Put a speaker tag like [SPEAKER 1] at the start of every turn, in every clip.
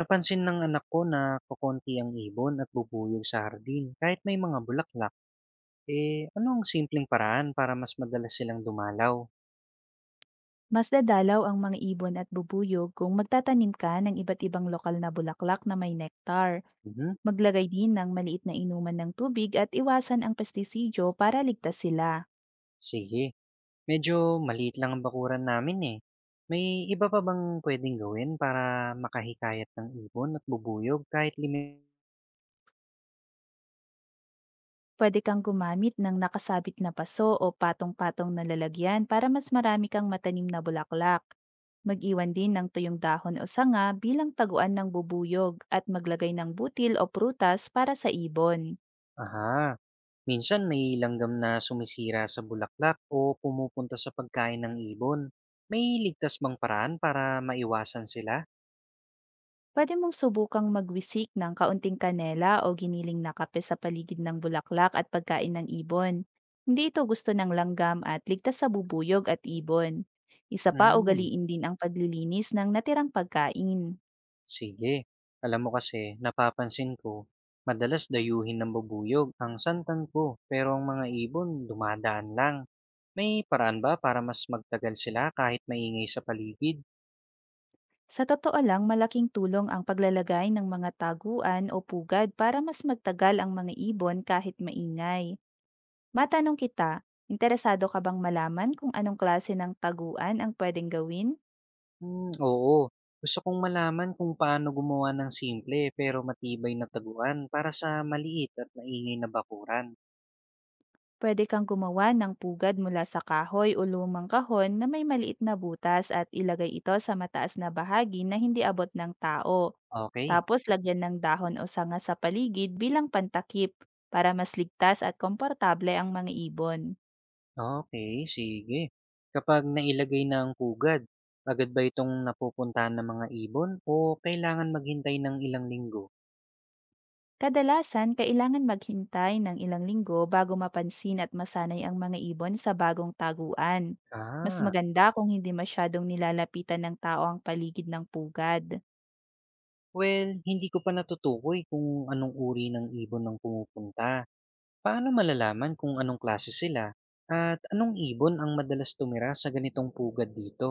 [SPEAKER 1] Napansin ng anak ko na kukonti ang ibon at bubuyog sa hardin kahit may mga bulaklak. Eh, ano ang simpleng paraan para mas madalas silang dumalaw?
[SPEAKER 2] Mas dadalaw ang mga ibon at bubuyog kung magtatanim ka ng iba't ibang lokal na bulaklak na may nektar.
[SPEAKER 1] Mhm.
[SPEAKER 2] Maglagay din ng maliit na inuman ng tubig at iwasan ang pestisidyo para ligtas sila.
[SPEAKER 1] Sige. Medyo maliit lang ang bakuran namin eh. May iba pa bang pwedeng gawin para makahikayat ng ibon at bubuyog kahit limit?
[SPEAKER 2] Pwede kang gumamit ng nakasabit na paso o patong-patong na lalagyan para mas marami kang matanim na bulaklak. Mag-iwan din ng tuyong dahon o sanga bilang taguan ng bubuyog at maglagay ng butil o prutas para sa ibon.
[SPEAKER 1] Aha. Minsan may langgam na sumisira sa bulaklak o pumupunta sa pagkain ng ibon. May ligtas bang paraan para maiwasan sila?
[SPEAKER 2] Pwede mong subukang magwisik ng kaunting kanela o giniling na kape sa paligid ng bulaklak at pagkain ng ibon. Hindi ito gusto ng langgam at ligtas sa bubuyog at ibon. Isa pa,
[SPEAKER 1] Mm.
[SPEAKER 2] ugaliin din ang paglilinis ng natirang pagkain.
[SPEAKER 1] Sige. Alam mo kasi, napapansin ko, madalas dayuhin ng babuyog ang santan ko pero ang mga ibon dumadaan lang. May paraan ba para mas magtagal sila kahit maingay sa paligid?
[SPEAKER 2] Sa totoo lang, malaking tulong ang paglalagay ng mga taguan o pugad para mas magtagal ang mga ibon kahit maingay. Matanong kita, interesado ka bang malaman kung anong klase ng taguan ang pwedeng gawin?
[SPEAKER 1] Oo. Gusto kong malaman kung paano gumawa ng simple pero matibay na taguan para sa maliit at maingay na bakuran.
[SPEAKER 2] Pwede kang gumawa ng pugad mula sa kahoy o lumang kahon na may maliit na butas at ilagay ito sa mataas na bahagi na hindi abot ng tao.
[SPEAKER 1] Okay.
[SPEAKER 2] Tapos, lagyan ng dahon o sanga sa paligid bilang pantakip para mas ligtas at komportable ang mga ibon.
[SPEAKER 1] Okay, sige. Kapag nailagay na ang pugad, agad ba itong napupuntahan ng mga ibon o kailangan maghintay ng ilang linggo?
[SPEAKER 2] Kadalasan, kailangan maghintay ng ilang linggo bago mapansin at masanay ang mga ibon sa bagong taguan. Mas
[SPEAKER 1] Ah,
[SPEAKER 2] maganda kung hindi masyadong nilalapitan ng tao ang paligid ng pugad.
[SPEAKER 1] Hindi ko pa natutukoy kung anong uri ng ibon ang pumupunta. Paano malalaman kung anong klase sila at anong ibon ang madalas tumira sa ganitong pugad dito?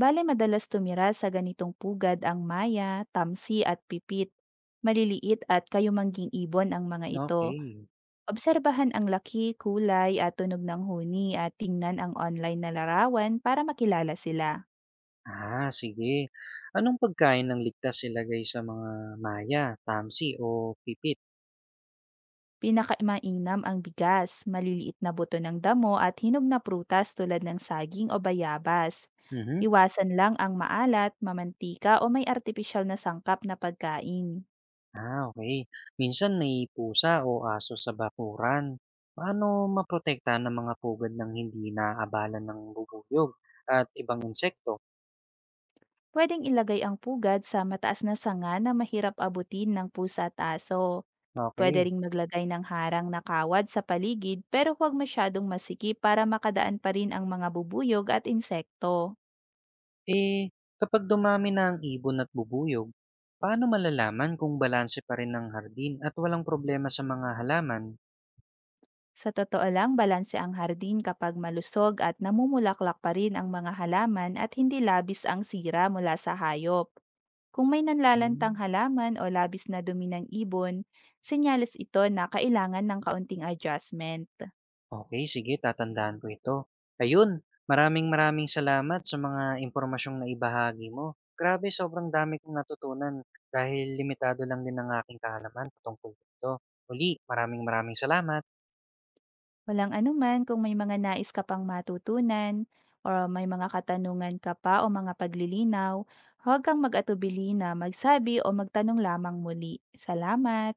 [SPEAKER 2] Bale, madalas tumira sa ganitong pugad ang maya, tamsi at pipit. Maliliit at kayumangging ibon ang mga ito.
[SPEAKER 1] Okay.
[SPEAKER 2] Obserbahan ang laki, kulay at tunog ng huni, at tingnan ang online na larawan para makilala sila.
[SPEAKER 1] Ah, sige. Anong pagkain ang ligtas ilagay sa mga maya, tamsi o pipit?
[SPEAKER 2] Pinakamainam ang bigas, maliliit na buto ng damo at hinog na prutas tulad ng saging o bayabas.
[SPEAKER 1] Mhm.
[SPEAKER 2] Iwasan lang ang maalat, mamantika o may artipisyal na sangkap na pagkain.
[SPEAKER 1] Ah, okay. Minsan may pusa o aso sa bakuran. Paano maprotektahan ng mga pugad ng hindi naabala ng bubuyog at ibang insekto?
[SPEAKER 2] Pwedeng ilagay ang pugad sa mataas na sanga na mahirap abutin ng pusa at aso. Pwede
[SPEAKER 1] Okay.
[SPEAKER 2] ring maglagay ng harang na kawad sa paligid, pero huwag masyadong masiki para makadaan pa rin ang mga bubuyog at insekto.
[SPEAKER 1] Eh, kapag dumami na ang ibon at bubuyog, paano malalaman kung balanse pa rin ang hardin at walang problema sa mga halaman?
[SPEAKER 2] Sa totoo lang, balanse ang hardin kapag malusog at namumulaklak pa rin ang mga halaman at hindi labis ang sira mula sa hayop. Kung may nanlalantang
[SPEAKER 1] Mhm.
[SPEAKER 2] halaman o labis na dumi ng ibon, senyales ito na kailangan ng kaunting adjustment.
[SPEAKER 1] Okay, sige, tatandaan ko ito. Ayun, maraming maraming salamat sa mga impormasyong naibahagi mo. Grabe, sobrang dami kong natutunan dahil limitado lang din ang aking kaalaman patungkol dito. Muli, maraming maraming salamat.
[SPEAKER 2] Walang anuman. Kung may mga nais ka pang matutunan o may mga katanungan ka pa o mga paglilinaw, huwag kang mag-atubili na magsabi o magtanong lamang muli. Salamat!